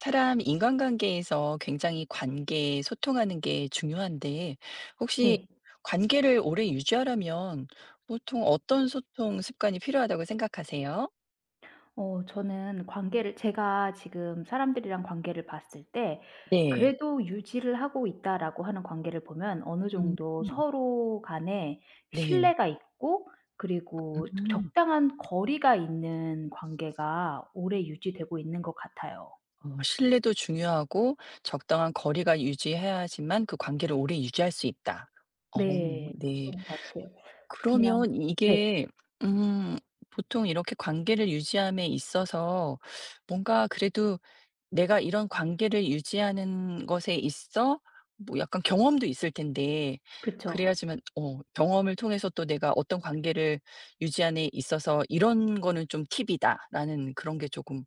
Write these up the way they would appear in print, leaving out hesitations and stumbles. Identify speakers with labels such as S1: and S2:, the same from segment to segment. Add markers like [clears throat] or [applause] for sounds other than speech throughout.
S1: 사람 인간관계에서 굉장히 관계, 소통하는 게 중요한데 혹시
S2: 네.
S1: 관계를 오래 유지하려면 보통 어떤 소통 습관이 필요하다고 생각하세요?
S2: 어 저는 관계를 제가 지금 사람들이랑 관계를 봤을 때
S1: 네.
S2: 그래도 '유지를 하고 있다.'라고 하는 관계를 보면 어느
S1: 음.
S2: 정도 서로 간에
S1: 네.
S2: 신뢰가 있고 그리고 적
S1: 음.
S2: 적당한 거리가 있는 관계가 오래 유지되고 있는 것 같아요.
S1: 어 신뢰도 중요하고 적당한 거리가 유지해야지만 그 관계를 오래 유지할 수 있다. 어
S2: 네.
S1: 네.
S2: 그런 것 같아요. 그냥
S1: 그러면
S2: 네.
S1: 이게 음 보통 이렇게 관계를 유지함에 있어서 뭔가 그래도 내가 이런 관계를 유지하는 것에 있어 뭐 약간 경험도 있을 텐데
S2: 그쵸.
S1: 그래야지만 어 경험을 통해서 또 내가 어떤 관계를 유지하는 데 있어서 '이런 거는 좀 팁이다.'라는 그런 게 조금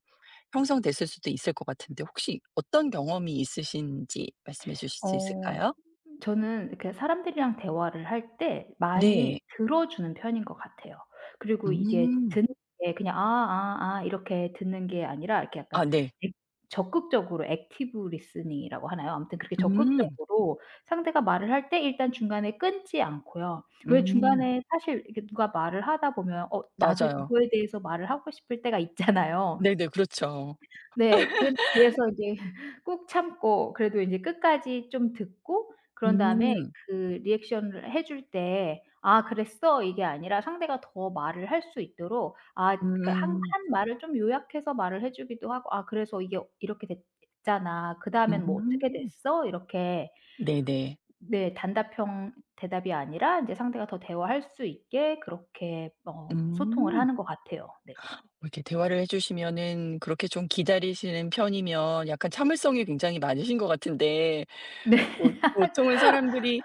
S1: 형성됐을 수도 있을 것 같은데 혹시 어떤 경험이 있으신지 말씀해 주실 수
S2: 어
S1: 있을까요?
S2: 저는 이렇게 사람들이랑 대화를 할 때 많이
S1: 네.
S2: 들어 주는 편인 것 같아요. 그리고 이게
S1: 음.
S2: 듣는 게 그냥 "아 아 아." 이렇게 듣는 게 아니라 이렇게 약간
S1: 아 네.
S2: 액 적극적으로 액티브 리스닝이라고 하나요? 아무튼 그렇게
S1: 음.
S2: 적극적으로 상대가 말을 할 때 일단 중간에 끊지 않고요. 왜
S1: 음.
S2: 중간에 사실 이렇게 누가 말을 하다 보면 어 나도
S1: 맞아요.
S2: 이거에 대해서 말을 하고 싶을 때가 있잖아요.
S1: 네네. 그렇죠.
S2: 네. 그래서 이제 [laughs] 꾹 참고 그래도 인제 끝까지 좀 듣고 그런 다음에
S1: 음.
S2: 그 리액션을 해줄 때 "아 그랬어." 이게 아니라 상대가 더 말을 할 수 있도록 아 그러니까 한
S1: 음.
S2: 한 말을 좀 요약해서 말을 해 주기도 하고 "아 그래서 이게 이렇게 됐잖아. 그다음엔 뭐 어떻게
S1: 음.
S2: 됐어?" 이렇게
S1: 네네.
S2: 네. 단답형 대답이 아니라 인제 상대가 더 대화할 수 있게 그렇게 어 소통을
S1: 음.
S2: 하는 것 같아요. 네.
S1: 뭐 이렇게 대화를 해 주시면은 그렇게 좀 기다리시는 편이면 약간 참을성이 굉장히 많으신 것 같은데
S2: 네. [laughs]
S1: 보 보통은 사람들이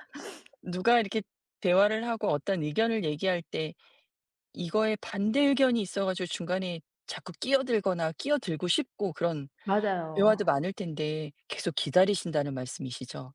S1: 누가 이렇게 대화를 하고 어떤 의견을 얘기할 때 이거에 반대 의견이 있어 가지고 중간에 자꾸 끼어들거나 끼어들고 싶고 그런
S2: 맞아요.
S1: 대화도 많을 텐데 계속 기다리신다는 말씀이시죠?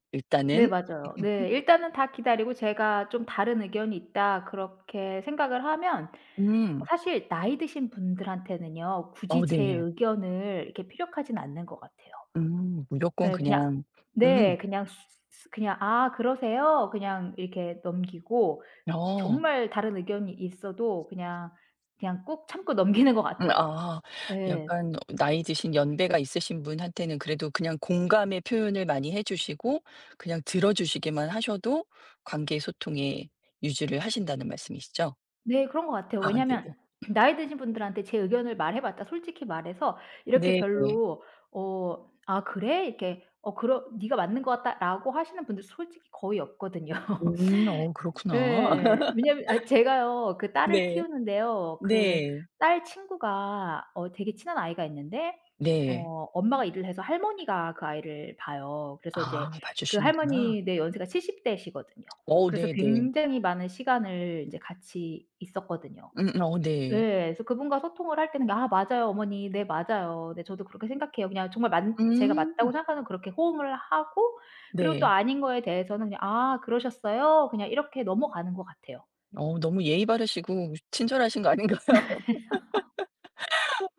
S2: 네
S1: 일단은?
S2: 맞아요. 네. 일단은 다 기다리고 제가 좀 다른 의견이 있다 그렇게 생각을 하면
S1: 음.
S2: 사실 나이 드신 분들한테는요. 굳이
S1: 어
S2: 제
S1: 네.
S2: 의견을 이렇게 필요하진 않는 것 같아요.
S1: 무조건
S2: 예 그냥
S1: 그냥 음.
S2: 네. 그냥 그냥 "아 그러세요?" 그냥 이렇게 넘기고
S1: 어.
S2: 정말 다른 의견이 있어도 그냥, 그냥 꾹 참고 넘기는 것 같아요.
S1: 아.
S2: 예.
S1: 약간 나이 드신 연배가 있으신 분한테는 그래도 그냥 공감의 표현을 많이 해 주시고 그냥 들어 주시기만 하셔도 관계 소통에 유지를 하신다는 말씀이시죠?
S2: 네. 그런 것 같아요.
S1: 아
S2: 왜냐면
S1: 네네.
S2: 하 [clears throat] 나이 드신 분들한테 제 의견을 말해 봤자 솔직히 말해서 이렇게
S1: 네.
S2: 별로 어 "아 그래?" 이렇게 "어 그러 네가 맞는 것 같다."라고 하시는 분들 솔직히 거의 없거든요.
S1: 어
S2: [laughs]
S1: 그렇구나.
S2: 예.
S1: [laughs]
S2: 왜냐면 아 제가요 그 딸을
S1: 네.
S2: 키우는데요. 그
S1: 네.
S2: 딸 친구가 어 되게 친한 아이가 있는데
S1: 네.
S2: 어 엄마가 일을 해서 할머니가 그 아이를 봐요. 그래서 이제
S1: 아
S2: 그
S1: 봐주시는구나.
S2: 할머니 네 연세가 70 대시거든요.
S1: 어
S2: 그래서
S1: 네네.
S2: 굉장히 많은 시간을 이제 같이 있었거든요.
S1: 어
S2: 네.
S1: 네.
S2: 그래서 그분과 소통을 할 때는 "아 맞아요 어머니. 네 맞아요. 네 저도 그렇게 생각해요." 그냥 정말 만 제가 맞다고
S1: 음
S2: 생각하는 그렇게 호응을 하고 그리고 또
S1: 네.
S2: 아닌 거에 대해서는 그냥 "아 그러셨어요." 그냥 이렇게 넘어가는 것 같아요.
S1: 어 너무 예의 바르시고 친절하신 거 아닌가요?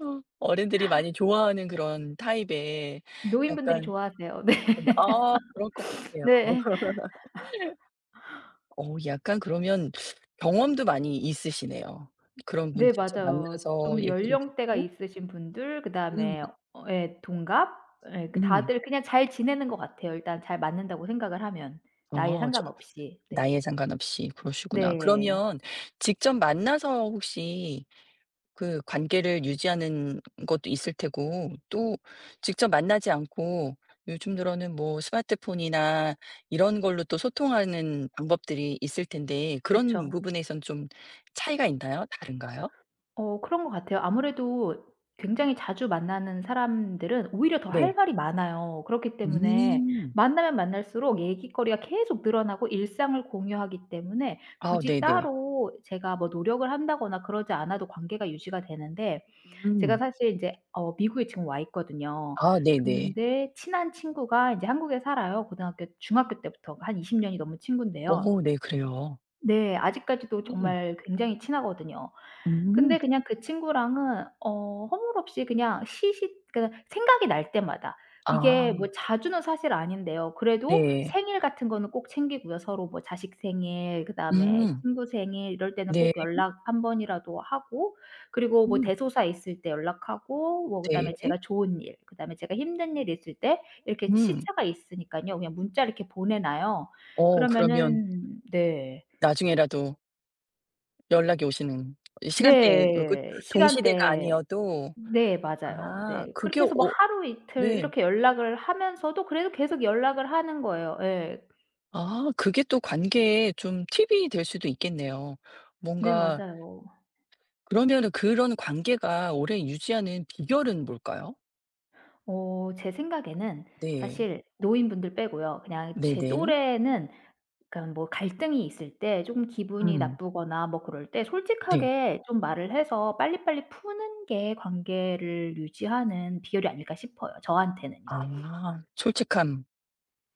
S1: 어. 어른들이 많이 좋아하는 그런 타입의
S2: 노인분들이
S1: 약간
S2: 좋아하세요. [laughs]
S1: 아 그럴 것 같아요.
S2: 네. 네.
S1: [laughs] 어 약간 그러면 경험도 많이 있으시네요. 그런 분
S2: 네
S1: 직접
S2: 맞아요.
S1: 만나서
S2: 좀
S1: 얘기를
S2: 연령대가
S1: 듣고
S2: 있으신 분들
S1: 음
S2: 그다음에 어 예 동갑 예 그
S1: 음.
S2: 다들 그냥 잘 지내는 것 같아요 일단 잘 맞는다고 생각을 하면 나이에
S1: 아 저
S2: 상관없이. 네.
S1: 나이에 상관없이 그러시구나.
S2: 네.
S1: 그러면 직접 만나서 혹시 그 관계를 유지하는 것도 있을 테고 또 직접 만나지 않고 요즘 들어는 뭐 스마트폰이나 이런 걸로 또 소통하는 방법들이 있을 텐데
S2: 그쵸.
S1: 그런 부분에선 좀 차이가 있나요? 다른가요?
S2: 어 그런 것 같아요. 아무래도 굉장히 자주 만나는 사람들은 오히려 더 할
S1: 네.
S2: 말이 많아요. 그렇기 때문에
S1: 음.
S2: 만나면 만날수록 얘기거리가 계속 늘어나고 일상을 공유하기 때문에
S1: 아
S2: 굳이
S1: 네네.
S2: 따로 제가 뭐 노력을 한다거나 그러지 않아도 관계가 유지가 되는데 제가
S1: 음.
S2: 사실 인제 어 미국에 지금 와 있거든요.
S1: 아 네네.
S2: 근데 친한 친구가 인제 한국에 살아요. 고등학교 중학교 때부터 한 20 년이 넘은 친군데요.
S1: 오, 네 그래요.
S2: 네. 아직까지도
S1: 음.
S2: 정말 굉장히 친하거든요.
S1: 음.
S2: 근데 그냥 그 친구랑은 어 허물없이 그냥 시시 그러니까 생각이 날 때마다 이게 뭐
S1: 아
S2: 자주는 사실 아닌데요. 그래도
S1: 네.
S2: 생일 같은 거는 꼭 챙기고요. 서로 뭐 자식 생일 그다음에
S1: 음.
S2: 친구 생일 이럴 때는
S1: 네.
S2: 꼭 연락 한 번이라도 하고 그리고 뭐
S1: 음.
S2: 대소사 있을 때 연락하고 뭐 그다음에
S1: 네.
S2: 제가 좋은 일 그다음에 제가 힘든 일 있을 때 이렇게
S1: 음.
S2: 시차가 있으니깐요. 그냥 문자 이렇게 보내 놔요.
S1: 어 그러면
S2: 그러면은 네.
S1: 나중에라도 연락이 오시는 이 시간대에 어 그
S2: 네.
S1: 동시대가
S2: 시간대에
S1: 아니어도
S2: 네 맞아요.
S1: 아
S2: 네.
S1: 그게
S2: 그렇게
S1: 어
S2: 해서 뭐 하루 이틀
S1: 네.
S2: 이렇게 연락을 하면서도 그래도 계속 연락을 하는 거예요. 예.
S1: 아 그게 또 관계에 좀 팁이 될 수도 있겠네요.
S2: 네
S1: 뭔가
S2: 맞아요.
S1: 그러면은 그런 관계가 오래 유지하는 비결은 뭘까요?
S2: 어 제 생각에는
S1: 네.
S2: 사실 노인분들 빼고요. 그냥 제
S1: 네네.
S2: 또래는 그러니까 뭐 갈등이 있을 때 쪼금 기분이
S1: 음.
S2: 나쁘거나 뭐 그럴 때
S1: 네.
S2: 솔직하게 좀 말을 해서 빨리빨리 푸는 게 관계를 유지하는 비결이 아닐까 싶어요, 저한테는요.
S1: 아 솔직함.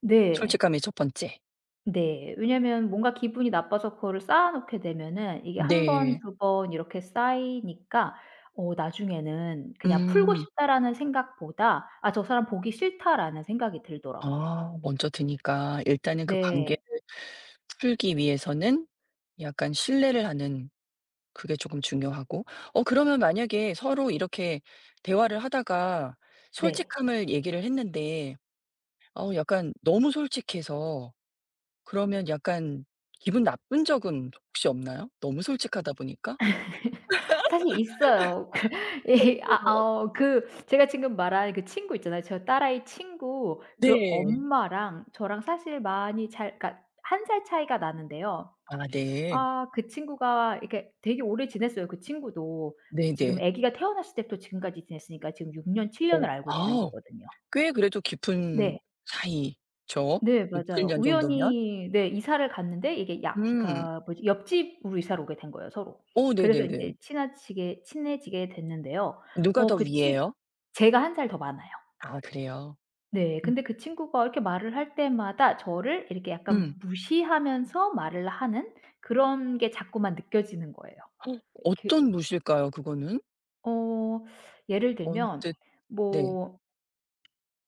S2: 네.
S1: 솔직함이 첫 번째.
S2: 네. 왜냐면 뭔가 기분이 나빠서 그거를 쌓아 놓게 되면은 이게 한 번
S1: 네.
S2: 두 번 이렇게 쌓이니까 어 나중에는 그냥 '풀고
S1: 음.
S2: 싶다.'라는 생각보다 '아 저 사람 보기 싫다.'라는 생각이 들더라고요.
S1: 아 먼저 드니까 일단은 그 관계를
S2: 네.
S1: 풀기 위해서는 약간 신뢰를 하는 그게 조금 중요하고 어 그러면 만약에 서로 이렇게 대화를 하다가
S2: 네.
S1: 솔직함을 얘기를 했는데 어 약간 너무 솔직해서 그러면 약간 기분 나쁜 적은 혹시 없나요? 너무 솔직하다 보니까?
S2: [laughs] 사실 있어요. 그 [laughs] 이 아
S1: 어,
S2: 어 그 제가 지금 말한 그 친구 있잖아요. 저 딸아이 친구 그
S1: 네.
S2: 엄마랑 저랑 사실 많이 잘 그러니까 한 살 차이가 나는데요.
S1: 아 네.
S2: 아 그 친구가 이렇게 되게 오래 지냈어요. 그 친구도 지금
S1: 네네.
S2: 아기가 태어났을 때부터 지금까지 지냈으니까 지금 6년 7
S1: 어
S2: 년을 알고 지낸
S1: 아
S2: 거거든요.
S1: 꽤 그래도 깊은
S2: 네.
S1: 사이죠.
S2: 네
S1: 6-7
S2: 맞아요.
S1: 년 정도면.
S2: 우연히 네 이사를 갔는데 이게 약
S1: 음.
S2: 그러니까 뭐지 옆집으로 이사를 오게 된 거예요 서로.
S1: 오
S2: 그래서 인제
S1: 네네네.
S2: 친해지게 됐는데요.
S1: 누가
S2: 어
S1: 더
S2: 그 치
S1: 위예요?
S2: 제가 한 살 더 많아요.
S1: 아 그래요?
S2: 네.
S1: 음.
S2: 근데 그 친구가 이렇게 말을 할 때마다 저를 이렇게 약간
S1: 음.
S2: 무시하면서 말을 하는 그런 게 자꾸만 느껴지는 거예요.
S1: 헉,
S2: 그
S1: 어떤 무실까요 그거는?
S2: 어 예를 들면
S1: 언뜻 네.
S2: 뭐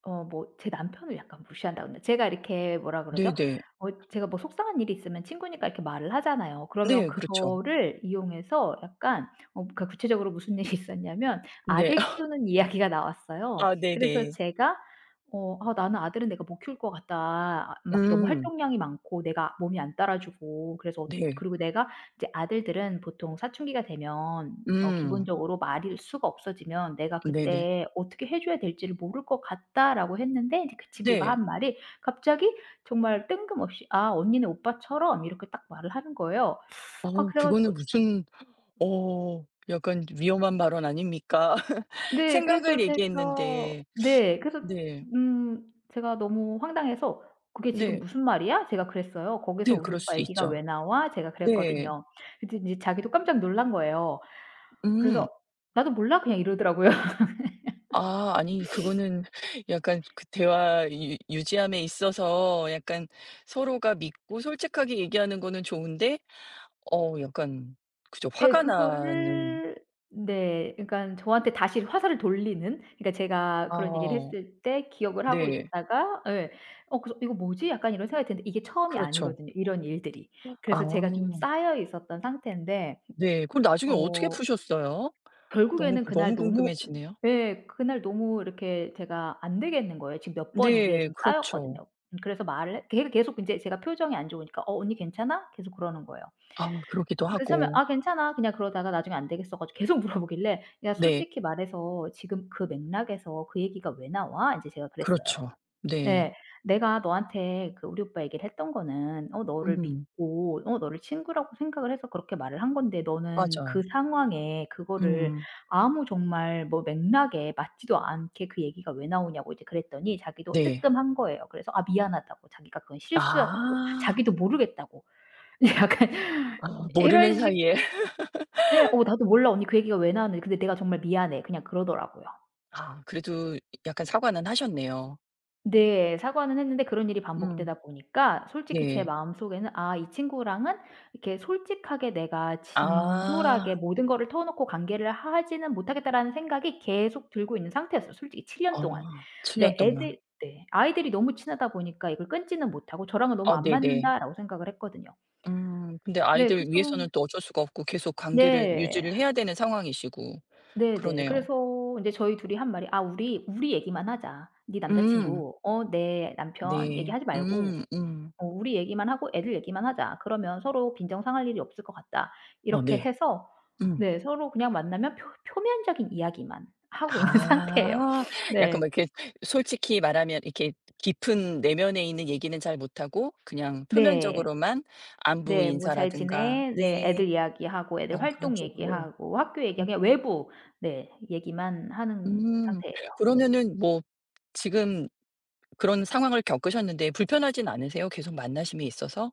S2: 어 뭐 제 남편을 약간 무시한다거나 제가 이렇게 뭐라 그러죠?
S1: 네네.
S2: 어 제가 뭐 속상한 일이 있으면 친구니까 이렇게 말을 하잖아요. 그러면
S1: 네 그렇죠.
S2: 그거를 이용해서 약간 어 그 구체적으로 무슨 [laughs] 일이 있었냐면
S1: 네.
S2: 아들
S1: [laughs]
S2: 키우는 이야기가 나왔어요.
S1: 아
S2: 그래서
S1: 네네.
S2: 제가 어 "아 나는 아들은 내가 못 키울 것 같다. 아 막 너무
S1: 음.
S2: 활동량이 많고 내가 몸이 안 따라주고 그래서 어-
S1: 네.
S2: 그리고 내가 이제 아들들은 보통 사춘기가 되면 어
S1: 음.
S2: 기본적으로 말일 수가 없어지면 "내가
S1: 네네.
S2: 그때 어떻게 해 줘야 될지를 모를 것 같다."라고 했는데 이제 그 친구가
S1: 네.
S2: 한 말이 갑자기 정말 뜬금없이 "아 언니네 오빠처럼." 이렇게 딱 말을 하는 거예요. 아
S1: 어
S2: 그래 가지고
S1: 그거는 무슨 어 약간 위험한 발언 아닙니까? [laughs]
S2: 네 그래서
S1: 생각을
S2: 제가
S1: 얘기했는데.
S2: 네 그래서
S1: 네.
S2: 음 제가 너무 황당해서 "그게 지금
S1: 네.
S2: 무슨 말이야?" 제가 그랬어요. "거기서
S1: 네
S2: 우리
S1: 그럴
S2: 오빠
S1: 수
S2: 얘기가
S1: 있죠.
S2: 왜 나와?" 제가
S1: 네.
S2: 그랬거든요. 근데 이제 자기도 깜짝 놀란 거예요.
S1: 음.
S2: 그래서 "나도 몰라." 그냥 이러더라고요.
S1: 아 아니 그거는 약간 그 대화 유 유지함에 있어서 약간 서로가 믿고 솔직하게 얘기하는 거는 좋은데 어 약간 그죠.
S2: 예.
S1: 화가 나는
S2: 그거를 네. 그러니까 저한테 다시 화살을 돌리는 그러니까 제가 그런 얘기를
S1: 아
S2: 했을 때 기억을 하고
S1: 네.
S2: 있다가 예. 어 그래서 '이거 뭐지?' 약간 이런 생각이 드는데 이게 처음이
S1: 그렇죠.
S2: 아니거든요, 이런 일들이. 그래서 제가 좀
S1: 아
S2: 쌓여 있었던 상태인데
S1: 네. 그럼 나중에 어떻게
S2: 어
S1: 푸셨어요? 너무
S2: 결국에는 그날
S1: 너무
S2: 너무
S1: 궁금해지네요.
S2: 예. 그날 너무 이렇게 제가 안 되겠는 거예요. 지금 몇 번 이게
S1: 네.
S2: 지금
S1: 그렇죠.
S2: 쌓였거든요. 그래서 말을 걔가 계속 인제 제가 표정이 안 좋으니까 "어 언니 괜찮아?" 계속 그러는 거예요.
S1: 아 그러기도
S2: 그래서 하면
S1: 하고.
S2: "아 괜찮아." 그냥 그러다가 나중에 안 되겠어 가지고 계속 물어보길래 "야
S1: 네.
S2: 솔직히 말해서 지금 그 맥락에서 그 얘기가 왜 나와?" 인제 제가 그랬어요.
S1: 그렇죠. 네.
S2: 네. "내가 너한테 그 우리 오빠 얘기를 했던 거는 어 너를
S1: 음.
S2: 믿고 어 너를 친구라고 생각을 해서 그렇게 말을 한 건데 너는 그
S1: 맞아요.
S2: 상황에 그거를
S1: 음.
S2: 아무 정말 뭐 맥락에 맞지도 않게 그 얘기가 왜 나오냐."고 이제 그랬더니 자기도
S1: 네.
S2: 뜨끔한 거예요. 그래서 아 미안하다고 자기가 그건 실수였다고
S1: 아.
S2: 자기도 모르겠다고. [laughs] 약간
S1: 아
S2: 이런
S1: 모르는
S2: 식
S1: 사이에. [laughs]
S2: 네, 어 나도 몰라 언니 그 얘기가 왜 나왔는지. 근데 "내가 정말 미안해." 그냥 그러더라고요.
S1: 아 그래도 약간 사과는 하셨네요.
S2: 네. 사과는 했는데 그런 일이
S1: 음.
S2: 반복되다 보니까 솔직히 제
S1: 네.
S2: 마음속에는 '아 이 친구랑은 이렇게 솔직하게 내가 진솔하게
S1: 아.
S2: 모든 거를 터놓고 관계를 하지는 못하겠다.'라는 생각이 계속 들고 있는 상태였어요 솔직히 7
S1: 어
S2: 년 동안.
S1: 7 년
S2: 네.
S1: 동안.
S2: 애들 네. 아이들이 너무 친하다 보니까 이걸 끊지는 못하고 '저랑은 너무
S1: 아
S2: 안
S1: 네네.
S2: 맞는다.'라고 생각을 했거든요.
S1: 근데
S2: 네. 그래서
S1: 아이들 위해서는 또 어쩔 수가 없고 계속 관계를
S2: 네.
S1: 유지를 해야 되는 상황이시고
S2: 네네.
S1: 그러네요.
S2: 그래서 인제 저희 둘이 한 말이 "아 우리 얘기만 하자. 네
S1: 음
S2: 남자친구, 어 내 남편
S1: 네.
S2: 얘기하지 말고 어 우리 얘기만 하고 애들 얘기만 하자. 그러면 서로 빈정 상할 일이 없을 것 같다."
S1: 어
S2: 이렇게
S1: 네.
S2: 해서
S1: 음.
S2: 네 서로 그냥 만나면 표 표면적인 이야기만 하고 있는 [laughs] 상태예요.
S1: 아 약간 뭐
S2: 네.
S1: 이렇게 솔직히 말하면 이렇게 깊은 내면에 있는 얘기는 잘 못하고 그냥
S2: 네.
S1: 표면적으로만 안부
S2: 네. "뭐 잘
S1: 인사라든가
S2: 지내?" 네.
S1: 네.
S2: 애들 이야기하고 애들
S1: 어 그런
S2: 활동
S1: 쪽으로.
S2: 얘기하고 학교
S1: 음
S2: 얘기하고 그냥 외부 네 얘기만 하는
S1: 음.
S2: 상태예요. 네.
S1: 그러면은 뭐 지금 그런 상황을 겪으셨는데 불편하진 않으세요? 계속 만나심이 있어서?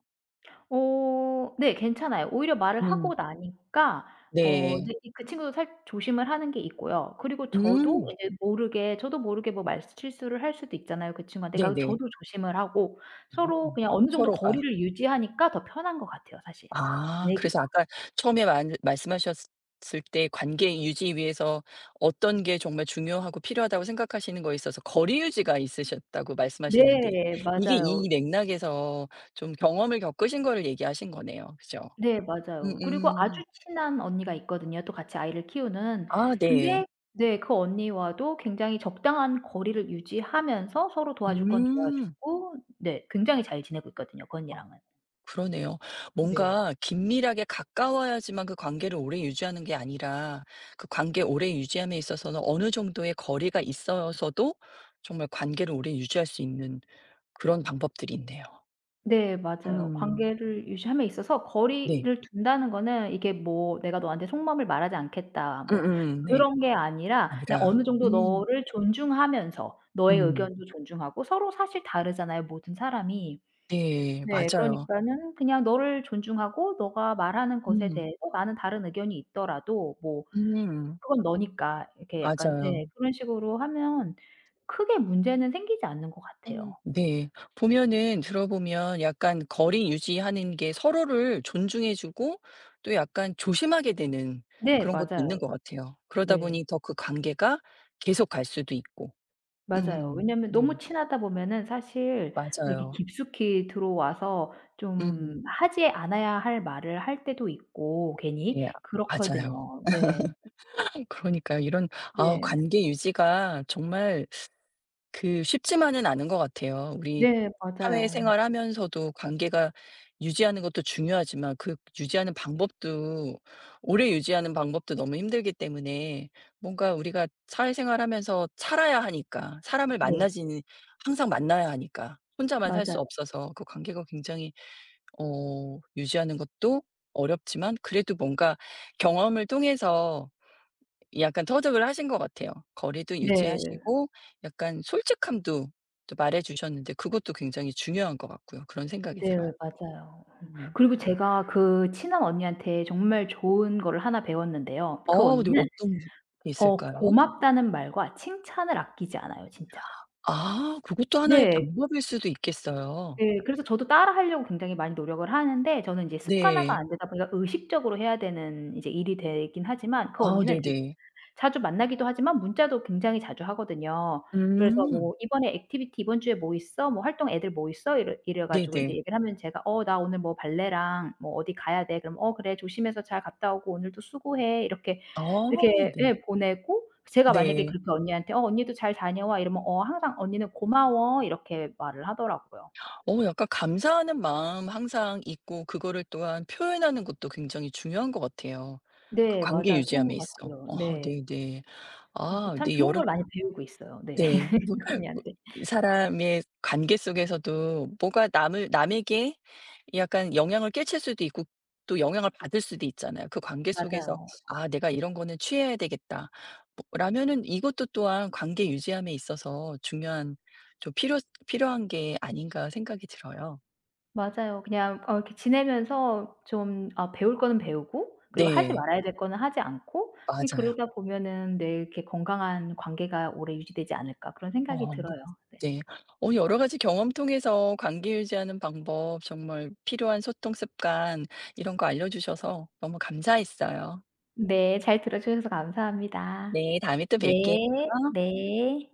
S2: 어 네 괜찮아요. 오히려 말을 하고
S1: 음.
S2: 나니까 어
S1: 네.
S2: 이제 이 그 친구도 살 조심을 하는 게 있고요. 그리고 저도
S1: 음.
S2: 이제 모르게 저도 모르게 뭐 말 실수를 할 수도 있잖아요 그 친구한테. 그러니까 저도
S1: 네네.
S2: 조심을 하고 서로
S1: 어.
S2: 그냥 어느 정도
S1: 서로가.
S2: 거리를 유지하니까 더 편한 것 같아요 사실,
S1: 아
S2: 지내기가.
S1: 그래서 아까 처음에 만 말씀하셨을 때 관계 유지 위해서 어떤 게 정말 중요하고 필요하다고 생각하시는 거에 있어서 거리 유지가 있으셨다고 말씀하셨는데
S2: 네
S1: 이게
S2: 맞아요.
S1: 이 맥락에서 좀 경험을 겪으신 거를 얘기하신 거네요. 그죠?
S2: 네 맞아요. 그리고 아주
S1: 음음.
S2: 친한 언니가 있거든요, 또 같이 아이를 키우는.
S1: 아 네.
S2: 근데 네 그 언니와도 굉장히 적당한 거리를 유지하면서 서로 도와줄 건
S1: 음.
S2: 도와주고 네 굉장히 잘 지내고 있거든요, 그 언니랑은.
S1: 그러네요.
S2: 네.
S1: 뭔가 긴밀하게 가까워야지만 그 관계를 오래 유지하는 게 아니라 그 관계 오래 유지함에 있어서는 어느 정도의 거리가 있어서도 정말 관계를 오래 유지할 수 있는 그런 방법들이 있네요.
S2: 네 맞아요.
S1: 음.
S2: 관계를 유지함에 있어서
S1: 네.
S2: 거리를 둔다는 거는 이게 뭐 '내가 너한테 속마음을 말하지 않겠다.' 뭐
S1: 음음. 네.
S2: 그런 게 아니라 그냥
S1: 아니라
S2: 어느 정도
S1: 음.
S2: 너를 존중하면서 너의
S1: 음.
S2: 의견도 존중하고 서로 사실 다르잖아요, 모든 사람이.
S1: 네.
S2: 네.
S1: 맞아요.
S2: 그러니까는 그냥 너를 존중하고 너가 말하는 것에
S1: 음.
S2: 대해서 나는 다른 의견이 있더라도 뭐
S1: 음.
S2: 그건 너니까 이렇게 약간 예
S1: 맞아요.
S2: 그런 식으로 하면 크게 문제는 생기지 않는 것 같아요.
S1: 음.
S2: 네.
S1: 네. 보면은 들어보면 약간 거리 유지하는 게 서로를 존중해 주고 또 약간 조심하게 되는
S2: 네
S1: 그런 것도
S2: 맞아요.
S1: 있는 것 같아요. 그러다
S2: 네.
S1: 보니 더 그 관계가 계속 갈 수도 있고.
S2: 맞아요.
S1: 음.
S2: 왜냐면 너무
S1: 네.
S2: 친하다 보면은 사실 이렇게
S1: 맞아요.
S2: 깊숙이 들어와서
S1: 음.
S2: 좀 하지 않아야 할 말을 할 때도 있고 괜히
S1: 예. 맞아요.
S2: 그렇거든요. 네.
S1: 그러니까요. 이런 아
S2: 네.
S1: 관계 유지가 정말 그 쉽지만은 않은 것 같아요. 우리
S2: 네 맞아요.
S1: 사회생활 하면서도 관계가 유지하는 것도 중요하지만 그 유지하는 방법도 오래 유지하는 방법도 너무 힘들기 때문에 뭔가 우리가 사회생활 하면서 살아야 하니까 사람을
S2: 네.
S1: 만나지는 항상 만나야 하니까 혼자만 살 수
S2: 맞아요.
S1: 없어서 그 관계가 굉장히 어 유지하는 것도 어렵지만 그래도 뭔가 경험을 통해서 약간 터득을 하신 것 같아요. 거리도
S2: 네.
S1: 유지하시고 약간 솔직함도 또 말해 주셨는데 그것도 굉장히 중요한 것 같고요. 그런 생각이
S2: 네
S1: 들어요.
S2: 맞아요.
S1: 음.
S2: 그리고 제가 그 친한 언니한테 정말 좋은 거를 하나 배웠는데요. 그
S1: 어 근데
S2: 언니는
S1: 어떤 게
S2: 어
S1: 있을까요?
S2: 고맙다는 말과 칭찬을 아끼지 않아요 진짜.
S1: 아 그것도 하나의
S2: 네.
S1: 방법일 수도 있겠어요.
S2: 네. 그래서 저도 따라하려고 굉장히 많이 노력을 하는데 저는 이제 습관화가
S1: 네.
S2: 안 되다 보니까 의식적으로 해야 되는 이제 일이 되긴 하지만 그
S1: 아
S2: 언니는 이렇게
S1: 네네.
S2: 자주 만나기도 하지만 문자도 굉장히 자주 하거든요. 그래서
S1: 음.
S2: 뭐 "이번에 액티비티 이번 주에 뭐 있어? 뭐 활동 애들 뭐 있어?" 이래 이래 가지고 인제
S1: 네네.
S2: 얘기를 하면 제가 "어 나 오늘 뭐 발레랑 뭐 어디 가야 돼." 그럼 "어 그래. 조심해서 잘 갔다 오고 오늘도 수고해." 이렇게,
S1: 어
S2: 이렇게
S1: 네.
S2: 예 보내고 제가 만약에
S1: 네.
S2: 그렇게 언니한테 "어 언니도 잘 다녀와." 이러면 "어 항상 언니는 고마워." 이렇게 말을 하더라고요.
S1: 어 약간 감사하는 마음 항상 있고 그거를 또한 표현하는 것도 굉장히 중요한 것 같아요, 그
S2: 네.
S1: 관계
S2: 맞아요. 그런 것
S1: 유지함에 있어.
S2: 같아요.
S1: 어
S2: 네.
S1: 네네.
S2: 그래서
S1: 아
S2: 참
S1: 네
S2: 좋은
S1: 여러
S2: 걸 많이 배우고 있어요. 네.
S1: 네. 뭐
S2: [laughs]
S1: 뭐
S2: 언니한테.
S1: 사람의 관계 속에서도 뭐가 남을 남에게 약간 영향을 끼칠 수도 있고 또 영향을 받을 수도 있잖아요. 그 관계 속에서
S2: 맞아요.
S1: '아 내가 이런 거는 취해야 되겠다.' 뭐 라면은 이것도 또한 관계 유지함에 있어서 중요한 좀 필요한 게 아닌가 생각이 들어요.
S2: 맞아요. 그냥 어 이렇게 지내면서 좀 아 배울 거는 배우고 그리고 하지
S1: 네.
S2: 말아야 될 거는 하지 않고 이
S1: 맞아요.
S2: 그러다 보면은 내 이렇게 건강한 관계가 오래 유지되지 않을까.' 그런
S1: 어
S2: 생각이
S1: 뭐
S2: 들어요. 네.
S1: 네. 어 여러 가지 경험 통해서 관계 유지하는 방법, 정말 필요한 소통 습관 이런 거 알려 주셔서 너무 감사했어요.
S2: 네. 잘 들어 주셔서 감사합니다.
S1: 네, 다음에 또 뵐게요.
S2: 네. 네.